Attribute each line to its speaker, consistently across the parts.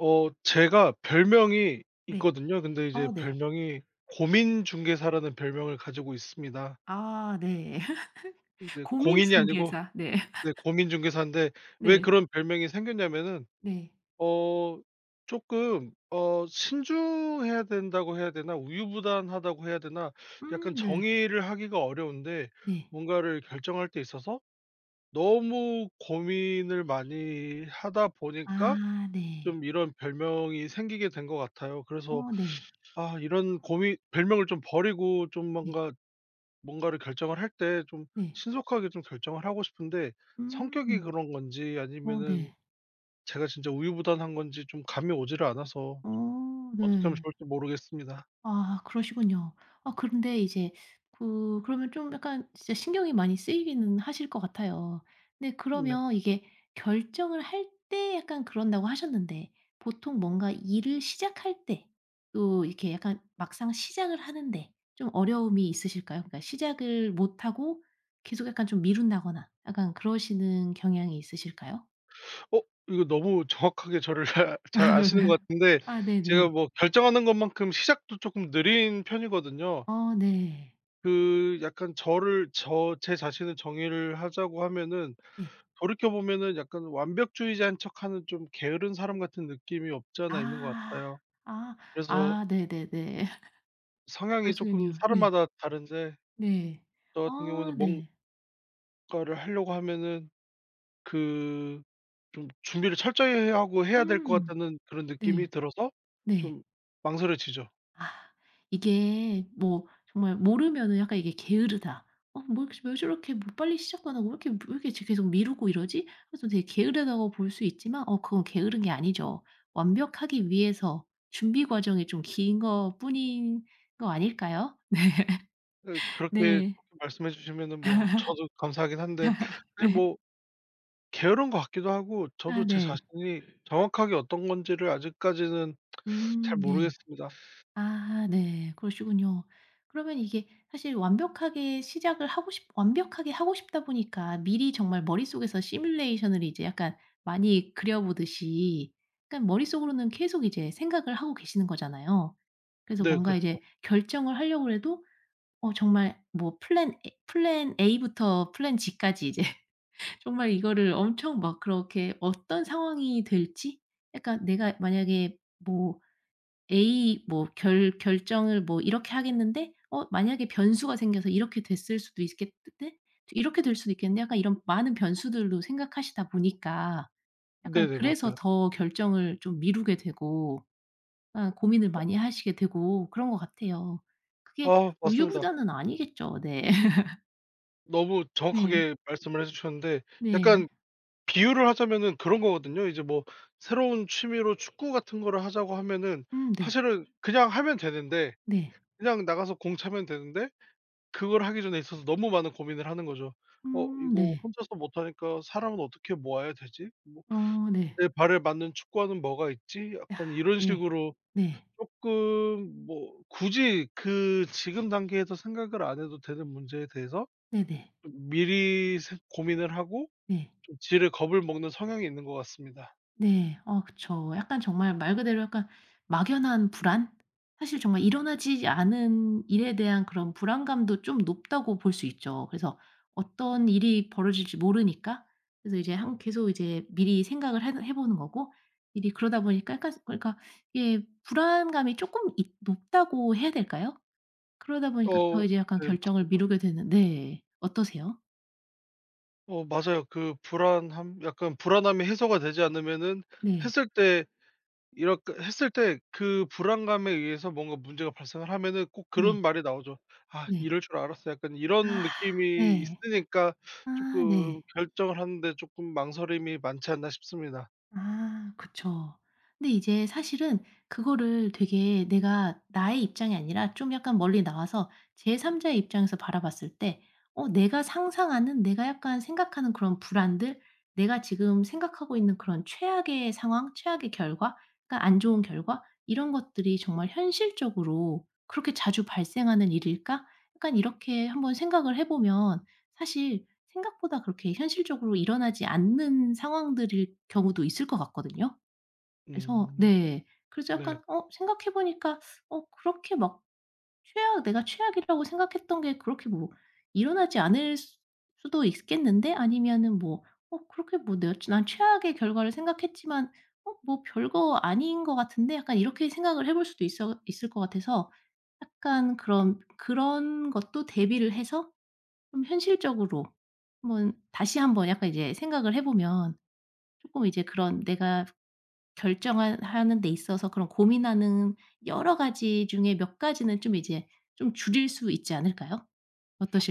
Speaker 1: 제가 별명이
Speaker 2: 네.
Speaker 1: 있거든요. 근데 이제
Speaker 2: 어 네.
Speaker 1: 별명이 고민중개사라는 별명을 가지고 있습니다.
Speaker 2: 아 네.
Speaker 1: 이제
Speaker 2: 고민
Speaker 1: 공인이 아니고,
Speaker 2: 중개사. 네.
Speaker 1: 네, 고민중개사인데, 왜
Speaker 2: 네.
Speaker 1: 그런 별명이 생겼냐면은
Speaker 2: 네.
Speaker 1: 어 조금 신중해야 된다고 해야 되나, 우유부단하다고 해야 되나, 약간
Speaker 2: 네.
Speaker 1: 정의를 하기가 어려운데,
Speaker 2: 네.
Speaker 1: 뭔가를 결정할 때 있어서 너무 고민을 많이 하다 보니까
Speaker 2: 아 네.
Speaker 1: 좀 이런 별명이 생기게 된 것 같아요. 그래서
Speaker 2: 어 네.
Speaker 1: 아, 이런 고민 별명을 좀 버리고, 좀
Speaker 2: 네.
Speaker 1: 뭔가를 결정을 할 때 좀
Speaker 2: 네.
Speaker 1: 신속하게 좀 결정을 하고 싶은데, 성격이
Speaker 2: 음.
Speaker 1: 그런 건지
Speaker 2: 어
Speaker 1: 아니면은
Speaker 2: 네.
Speaker 1: 제가 진짜 우유부단한 건지 좀 감이 오지를 않아서
Speaker 2: 어
Speaker 1: 어떻게 하면
Speaker 2: 네.
Speaker 1: 좋을지 모르겠습니다.
Speaker 2: 아 그러시군요. 아 그런데 이제 그러면 좀 약간 진짜 신경이 많이 쓰이기는 하실 것 같아요. 근데
Speaker 1: 네.
Speaker 2: 그러면 이게 결정을 할 때 약간 그런다고 하셨는데 보통 뭔가 일을 시작할 때 또 이렇게 약간 막상 시작을 하는데 좀 어려움이 있으실까요? 그러니까 시작을 못 하고 계속 약간 좀 미룬다거나 약간 그러시는 경향이 있으실까요?
Speaker 1: 어 이거 너무 정확하게 저를 잘
Speaker 2: 아
Speaker 1: 아시는
Speaker 2: 그런가요?
Speaker 1: 것 같은데,
Speaker 2: 아
Speaker 1: 제가
Speaker 2: 네네.
Speaker 1: 뭐 결정하는 것만큼 시작도 조금 느린 편이거든요.
Speaker 2: 어 네.
Speaker 1: 그 약간 저를 저 제 자신을 정의를 하자고 하면은,
Speaker 2: 네.
Speaker 1: 돌이켜 보면은 약간 완벽주의자인 척하는 좀 게으른 사람 같은 느낌이 없지 않아 있는 것
Speaker 2: 아.
Speaker 1: 같아요.
Speaker 2: 아.
Speaker 1: 그래서
Speaker 2: 아 네네네.
Speaker 1: 성향이 조금
Speaker 2: 그러시군요. 네.
Speaker 1: 사람마다 다른데,
Speaker 2: 네.
Speaker 1: 저 같은
Speaker 2: 아
Speaker 1: 경우에는 뭔가를
Speaker 2: 네.
Speaker 1: 하려고 하면은 그 좀 준비를 철저히 해야 될 것
Speaker 2: 음.
Speaker 1: 같다는 그런 느낌이
Speaker 2: 네.
Speaker 1: 들어서
Speaker 2: 네.
Speaker 1: 좀 망설여지죠.
Speaker 2: 아 이게 뭐 정말 모르면은 약간 이게 게으르다. '어 뭐 이렇게 왜 저렇게 뭐 빨리 시작도 안 하고 왜 이렇게 왜 이렇게 지 계속 미루고 이러지?' 그래서 되게 게으르다고 볼 수 있지만 그건 게으른 게 아니죠. 완벽하기 위해서 준비 과정이 좀 긴 것뿐인 거 아닐까요?
Speaker 1: 예, 그렇게
Speaker 2: 네.
Speaker 1: 말씀해 주시면은 뭐 저도 감사하긴 한데, 사실
Speaker 2: 네.
Speaker 1: 뭐 게으른 것 같기도 하고, 저도
Speaker 2: 아
Speaker 1: 제
Speaker 2: 네.
Speaker 1: 자신이 정확하게 어떤 건지를 아직까지는 잘
Speaker 2: 네.
Speaker 1: 모르겠습니다.
Speaker 2: 아 네. 그러시군요. 그러면 이게 사실 완벽하게 하고 싶다 보니까 미리 정말 머릿속에서 시뮬레이션을 이제 약간 많이 그려 보듯이 그러니까 머릿속으로는 계속 이제 생각을 하고 계시는 거잖아요. 그래서
Speaker 1: 네,
Speaker 2: 뭔가
Speaker 1: 그쵸.
Speaker 2: 이제 결정을 하려고 해도 정말 뭐 플랜 A부터 플랜 G까지 이제 정말 이거를 엄청 막 그렇게 어떤 상황이 될지 약간 내가 만약에 뭐 A 뭐 결 결정을 뭐 이렇게 하겠는데 만약에 변수가 생겨서 이렇게 됐을 수도 있겠는데 이렇게 될 수도 있겠는데 약간 이런 많은 변수들로 생각하시다 보니까 약간
Speaker 1: 네네,
Speaker 2: 그래서
Speaker 1: 맞아요.
Speaker 2: 더 결정을 좀 미루게 되고 약간 고민을 많이 하시게 되고 그런 것 같아요. 그게
Speaker 1: 아, 맞습니다.
Speaker 2: 우유부단은 아니겠죠. 네.
Speaker 1: 너무
Speaker 2: 네.
Speaker 1: 정확하게 말씀을 해 주셨는데,
Speaker 2: 네.
Speaker 1: 약간 비유를 하자면은 그런 거거든요. 이제 뭐 새로운 취미로 축구 같은 거를 하자고 하면은,
Speaker 2: 네.
Speaker 1: 사실은 그냥 하면 되는데,
Speaker 2: 네.
Speaker 1: 그냥 나가서 공 차면 되는데, 그걸 하기 전에 있어서 너무 많은 고민을 하는 거죠. '어 이거
Speaker 2: 네.
Speaker 1: 혼자서 못 하니까 사람은 어떻게 모아야 되지?' 뭐
Speaker 2: 어 네.
Speaker 1: '내 발에 맞는 축구화는 뭐가 있지?'
Speaker 2: 야
Speaker 1: 약간 이런
Speaker 2: 네.
Speaker 1: 식으로
Speaker 2: 네.
Speaker 1: 쪼끔 뭐 굳이 그 지금 단계에서 생각을 안 해도 되는 문제에 대해서
Speaker 2: 네네. 네.
Speaker 1: 좀 미리 생 고민을 하고,
Speaker 2: 네.
Speaker 1: 좀 지레 겁을 먹는 성향이 있는 것 같습니다.
Speaker 2: 네. 어 그쵸. 약간 정말 말 그대로 약간 막연한 불안? 사실 정말 일어나지 않은 일에 대한 그런 불안감도 좀 높다고 볼 수 있죠. 그래서 어떤 일이 벌어질지 모르니까 그래서 이제 한 계속 이제 미리 생각을 해 보는 거고 일이 그러다 보니까 약간 그러니까 이게 불안감이 쪼끔 있 높다고 해야 될까요? 그러다 보니까
Speaker 1: 어
Speaker 2: 더 이제 약간
Speaker 1: 네,
Speaker 2: 결정을
Speaker 1: 맞습니다.
Speaker 2: 미루게 되는 네. 어떠세요?
Speaker 1: 맞아요. 그 불안함 약간 불안함이 해소가 되지 않으면은,
Speaker 2: 네.
Speaker 1: 했을 때 이렇게 했을 때 그 불안감에 의해서 뭔가 문제가 발생을 하면은 꼭
Speaker 2: 네.
Speaker 1: 그런 말이 나오죠. "아
Speaker 2: 네.
Speaker 1: 이럴 줄 알았어." 약간 이런
Speaker 2: 아
Speaker 1: 느낌이
Speaker 2: 네.
Speaker 1: 있으니까
Speaker 2: 아
Speaker 1: 쪼끔
Speaker 2: 네.
Speaker 1: 결정을 하는데 쪼끔 망설임이 많지 않나 싶습니다.
Speaker 2: 아 그쵸. 근데 이제 사실은 그거를 되게 내가 나의 입장이 아니라 좀 약간 멀리 나와서 제3 자의 입장에서 바라봤을 때 내가 상상하는 내가 약간 생각하는 그런 불안들 내가 지금 생각하고 있는 그런 최악의 상황, 최악의 결과 그러니까 안 좋은 결과 이런 것들이 정말 '현실적으로 그렇게 자주 발생하는 일일까?' 약간 이렇게 한번 생각을 해 보면 사실 생각보다 그렇게 현실적으로 일어나지 않는 상황들일 경우도 있을 것 같거든요. 그래서
Speaker 1: 음.
Speaker 2: 네. 그래서
Speaker 1: 네.
Speaker 2: 약간 생각해 보니까 그렇게 막 최악 내가 최악이라고 생각했던 게 그렇게 뭐 일어나지 않을 수 수도 있겠는데 아니면은 뭐 그렇게 뭐 내가 난 최악의 결과를 생각했지만 뭐 별거 아닌 것 같은데 약간 이렇게 생각을 해볼 수도 있어 있을 것 같아서 약간 그런 것도 대비를 해서 좀 현실적으로 한번 다시 한번 약간 이제 생각을 해 보면 쪼끔 이제 그런 내가 결정하 하는 데 있어서 그런 고민하는 여러 가지 중에 몇 가지는 좀 이제 좀 줄일 수 있지 않을까요?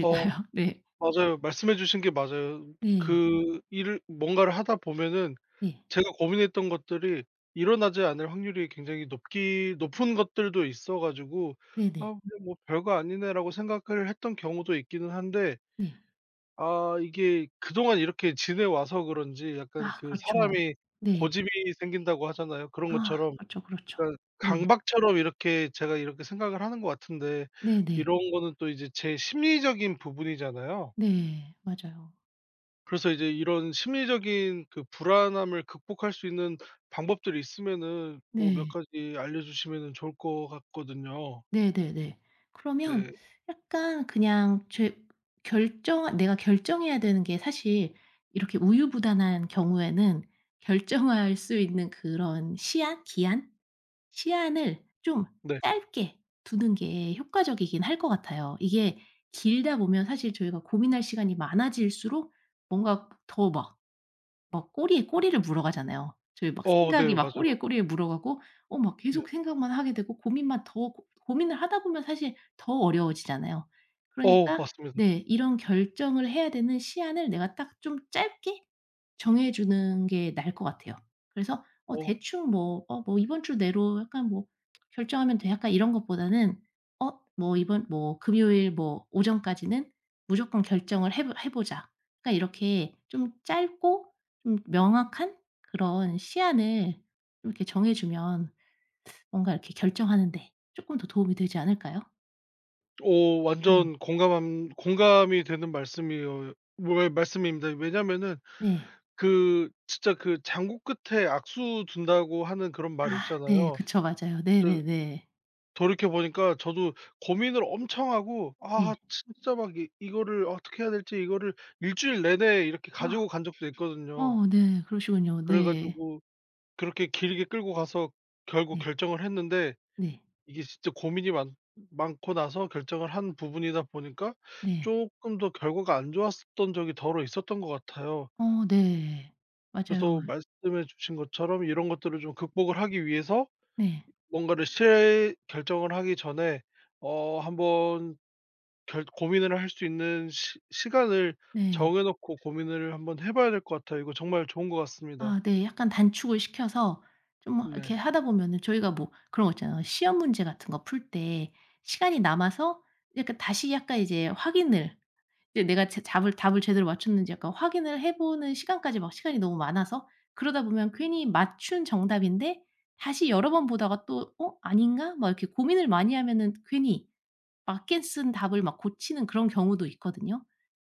Speaker 1: 어
Speaker 2: 네.
Speaker 1: 맞아요. 말씀해 주신 게 맞아요.
Speaker 2: 네.
Speaker 1: 그 일을 뭔가를 하다 보면은
Speaker 2: 네.
Speaker 1: 제가 고민했던 것들이 일어나지 않을 확률이 굉장히 높기 높은 것들도 있어 가지고 '아
Speaker 2: 네네.
Speaker 1: 그냥 뭐 별거 아니네.'라고 생각을 했던 경우도 있기는 한데,
Speaker 2: 네.
Speaker 1: 아 이게 그동안 이렇게 지내와서 그런지 약간
Speaker 2: 아
Speaker 1: 그
Speaker 2: 그렇죠.
Speaker 1: 사람이
Speaker 2: 네.
Speaker 1: 고집이 생긴다고 하잖아요. 그런
Speaker 2: 아
Speaker 1: 것처럼
Speaker 2: 그렇죠, 그렇죠.
Speaker 1: 약간
Speaker 2: 네.
Speaker 1: 강박처럼 이렇게 제가 이렇게 생각을 하는 것 같은데,
Speaker 2: 네네.
Speaker 1: 이런 거는 또 이제 제 심리적인 부분이잖아요.
Speaker 2: 네. 맞아요.
Speaker 1: 그래서 이제 이런 심리적인 그 불안함을 극복할 수 있는 방법들이 있으면은 뭐 몇
Speaker 2: 네.
Speaker 1: 가지 알려주시면은 좋을 것 같거든요.
Speaker 2: 네네네. 그러면
Speaker 1: 네.
Speaker 2: 약간 그냥 죄 결정 내가 결정해야 되는 게 사실 이렇게 우유부단한 경우에는 결정할 수 있는 그런 시한? 기한? 시한을 좀
Speaker 1: 네.
Speaker 2: 짧게 두는 게 효과적이긴 할 것 같아요. 이게 길다 보면 사실 저희가 고민할 시간이 많아질수록 뭔가 더막 막 꼬리에 꼬리를 물어가잖아요. 저희 막
Speaker 1: 어
Speaker 2: 생각이
Speaker 1: 네.
Speaker 2: 막
Speaker 1: 맞아요.
Speaker 2: 꼬리에 꼬리에 물어가고 막
Speaker 1: 네.
Speaker 2: 계속 생각만 하게 되고 고민만 더 고 고민을 하다 보면 사실 더 어려워지잖아요. 그러니까
Speaker 1: 맞습니다.
Speaker 2: 네 이런 결정을 해야 되는 시한을 내가 딱 좀 짧게 정해 주는 게 나을 것 같아요. 그래서
Speaker 1: 어.
Speaker 2: 대충 뭐 뭐 이번 주 내로 약간 뭐 결정하면 돼 약간 이런 것보다는 뭐 이번 뭐 금요일 뭐 오전까지는 무조건 결정을 해 보자. 그러니까 이렇게 좀 짧고 좀 명확한 그런 시안을 좀 이렇게 정해 주면 뭔가 이렇게 결정하는 데 조금 더 도움이 되지 않을까요?
Speaker 1: 어
Speaker 2: 네.
Speaker 1: 완전 공감함 공감이 되는 말씀이요 뭐 말씀입니다. 왜냐면은
Speaker 2: 네.
Speaker 1: 그 진짜 그 "장구 끝에 악수 둔다."고 하는 그런 말
Speaker 2: 아 네.
Speaker 1: 있잖아요.
Speaker 2: 그쵸. 맞아요.
Speaker 1: 저
Speaker 2: 네네네.
Speaker 1: 돌이켜 보니까 저도 고민을 엄청 하고, 아
Speaker 2: 네.
Speaker 1: 진짜 막 이 이거를 어떻게 해야 될지, 이거를 일주일 내내 이렇게 가지고
Speaker 2: 아
Speaker 1: 간 적도 있거든요.
Speaker 2: 어 네. 그러시군요.
Speaker 1: 그래
Speaker 2: 네.
Speaker 1: 가지고 그렇게 길게 끌고 가서 결국
Speaker 2: 네.
Speaker 1: 결정을 했는데,
Speaker 2: 네.
Speaker 1: 이게 진짜 고민이 많 많고 나서 결정을 한 부분이다 보니까
Speaker 2: 네.
Speaker 1: 조금 더 결과가 안 좋았었던 적이 더어 있었던 것 같아요.
Speaker 2: 어 네.
Speaker 1: 그래서
Speaker 2: 맞아요.
Speaker 1: 말씀해 주신 것처럼 이런 것들을 좀 극복을 하기 위해서
Speaker 2: 네.
Speaker 1: 뭔가를 실 결정을 하기 전에 한번 결 고민을 할 수 있는 시 시간을
Speaker 2: 네.
Speaker 1: 정해 놓고 고민을 한번 해 봐야 될 것 같아요. 이거 정말 좋은 것 같습니다.
Speaker 2: 아 네. 약간 단축을 시켜서 좀
Speaker 1: 네.
Speaker 2: 이렇게 하다 보면은 저희가 뭐 그런 거 있잖아요. 시험 문제 같은 거 풀 때 시간이 남아서 약간 다시 약간 이제 확인을 이제 내가 제 답을 제대로 맞췄는지 약간 확인을 해 보는 시간까지 막 시간이 너무 많아서 그러다 보면 괜히 맞춘 정답인데 다시 여러 번 보다가 또 '어 아닌가?' 막 이렇게 고민을 많이 하면은 괜히 맞게 쓴 답을 막 고치는 그런 경우도 있거든요.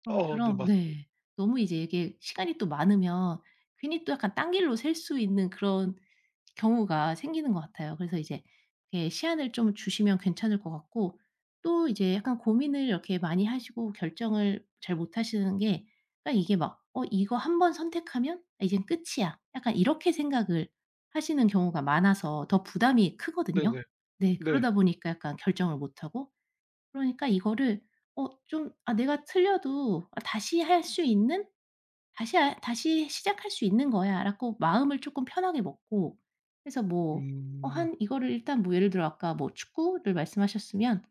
Speaker 2: 그런
Speaker 1: 어 네,
Speaker 2: 것처럼
Speaker 1: 맞습
Speaker 2: 네. 너무 이제 이게 시간이 또 많으면 괜히 또 약간 딴 길로 셀 수 있는 그런 경우가 생기는 것 같아요. 그래서 이제 이렇게 시안을 좀 주시면 괜찮을 것 같고 또 이제 약간 고민을 이렇게 많이 하시고 결정을 잘 못하시는 게 그러니까 이게 막 '어 이거 한번 선택하면 아 이젠 끝이야.' 약간 이렇게 생각을 하시는 경우가 많아서 더 부담이 크거든요.
Speaker 1: 네네.
Speaker 2: 네.
Speaker 1: 네.
Speaker 2: 그러다 보니까 약간 결정을 못하고 그러니까 이거를 좀 내가 틀려도 아 다시 할 수 있는 '다시 아 다시 시작할 수 있는 거야.'라고 마음을 쪼끔 편하게 먹고 그래서 뭐
Speaker 1: 음.
Speaker 2: 한 이거를 일단 뭐 예를 들어 아까 뭐 축구를 말씀하셨으면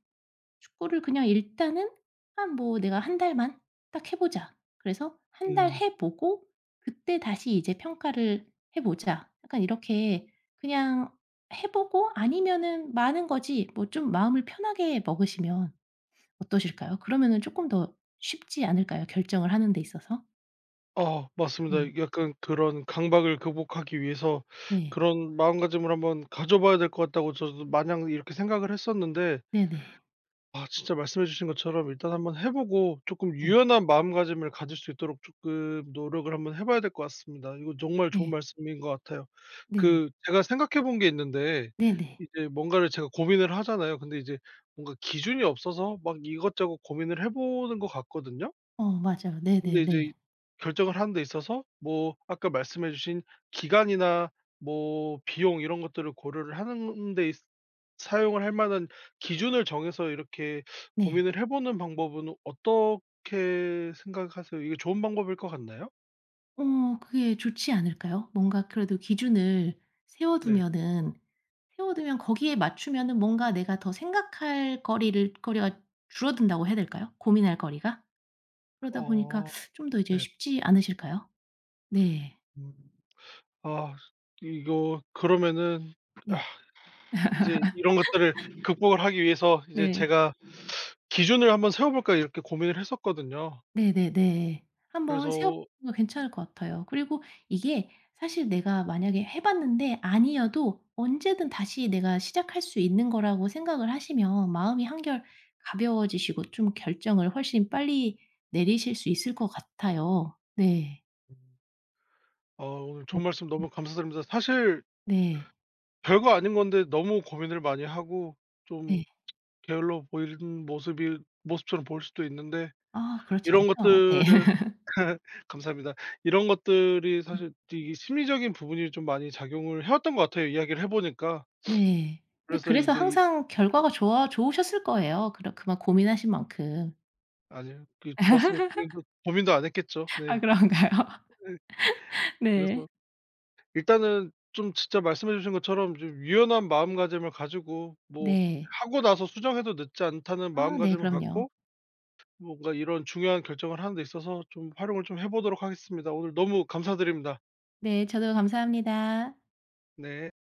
Speaker 2: 축구를 그냥 일단은 한 뭐 '내가 한 달만 딱 해 보자.' 그래서 한 달
Speaker 1: 음.
Speaker 2: 해 보고 '그때 다시 이제 평가를 해 보자.' 약간 이렇게 그냥 해 보고 아니면은 마는 거지 뭐 좀 마음을 편하게 먹으시면 어떠실까요? 그러면은 쪼끔 더 쉽지 않을까요? 결정을 하는 데 있어서?
Speaker 1: 아,
Speaker 2: 네.
Speaker 1: 맞습니다. 약간 그런 강박을 극복하기 위해서
Speaker 2: 네.
Speaker 1: 그런 마음가짐을 한번 가져 봐야 될 것 같다고 저도 마냥 이렇게 생각을 했었는데,
Speaker 2: 네네.
Speaker 1: 아 진짜 말씀해 주신 것처럼 일단 한번 해 보고, 조금
Speaker 2: 네.
Speaker 1: 유연한 마음가짐을 가질 수 있도록 조금 노력을 한번 해 봐야 될 것 같습니다. 이거 정말 좋은
Speaker 2: 네.
Speaker 1: 말씀인 것 같아요.
Speaker 2: 네.
Speaker 1: 그 제가 생각해 본 게 있는데,
Speaker 2: 네네.
Speaker 1: 이제 뭔가를 제가 고민을 하잖아요. 근데 이제 뭔가 기준이 없어서 막 이것저것 고민을 해 보는 것 같거든요.
Speaker 2: 어 맞아요.
Speaker 1: 근데 이제 이
Speaker 2: 네네네.
Speaker 1: 결정을 하는 데 있어서 뭐 아까 말씀해 주신 기간이나 뭐 비용 이런 것들을 고려를 하는 데 있 사용을 할 만한 기준을 정해서 이렇게
Speaker 2: 네.
Speaker 1: 고민을 해 보는 방법은 어떻게 생각하세요? 이게 좋은 방법일 것 같나요?
Speaker 2: 어 그게 좋지 않을까요? 뭔가 그래도 기준을 세워
Speaker 1: 네.
Speaker 2: 두면은 세워 두면 거기에 맞추면은 뭔가 내가 더 생각할 거리를 거리가 줄어든다고 해야 될까요? 고민할 거리가? 그러다 보니까
Speaker 1: 어
Speaker 2: 좀 더 이제
Speaker 1: 네.
Speaker 2: 쉽지 않으실까요? 네.
Speaker 1: 음. 아 이거 그러면은, 아
Speaker 2: 네.
Speaker 1: 이제 이런 것들을 극복을 하기 위해서 이제
Speaker 2: 네.
Speaker 1: 제가 '기준을 한번 세워 볼까.' 이렇게 고민을 했었거든요.
Speaker 2: 네네네. 한번 세워
Speaker 1: 그래서
Speaker 2: 보는 거 괜찮을 것 같아요. 그리고 이게 사실 내가 만약에 해 봤는데 아니어도 언제든 다시 내가 시작할 수 있는 거라고 생각을 하시면 마음이 한결 가벼워지시고 좀 결정을 훨씬 빨리 내리실 수 있을 것 같아요. 네.
Speaker 1: 아, 오늘
Speaker 2: 어
Speaker 1: 좋은 말씀
Speaker 2: 네.
Speaker 1: 너무 감사드립니다. 사실
Speaker 2: 네.
Speaker 1: 별거 아닌 건데 너무 고민을 많이 하고 좀
Speaker 2: 네.
Speaker 1: 게을러 보이는 모습이 모습처럼 보일 수도 있는데,
Speaker 2: 아 그렇지
Speaker 1: 이런
Speaker 2: 않죠. 네.
Speaker 1: 것들을 감사합니다. 이런 것들이 사실 이 심리적인 부분이 좀 많이 작용을 해 왔던 것 같아요, 이야기를 해 보니까.
Speaker 2: 네. 근데
Speaker 1: 그래서
Speaker 2: 그래서
Speaker 1: 이제 이
Speaker 2: 항상 결과가 좋아 좋으셨을 거예요. 그러 그만 고민하신 만큼.
Speaker 1: 아니요. 그 좋았으면 고민도 안 했겠죠.
Speaker 2: 아
Speaker 1: 네.
Speaker 2: 그런가요?
Speaker 1: 네. 그래서
Speaker 2: 네.
Speaker 1: 일단은 좀 진짜 말씀해 주신 것처럼 좀 유연한 마음가짐을 가지고, 뭐
Speaker 2: 네.
Speaker 1: 하고 나서 수정해도 늦지 않다는
Speaker 2: 아 네.
Speaker 1: 마음가짐을
Speaker 2: 그럼요.
Speaker 1: 갖고, 뭔가 이런 중요한 결정을 하는 데 있어서 좀 활용을 좀 해 보도록 하겠습니다. 오늘 너무 감사드립니다.
Speaker 2: 네. 저도 감사합니다.
Speaker 1: 네.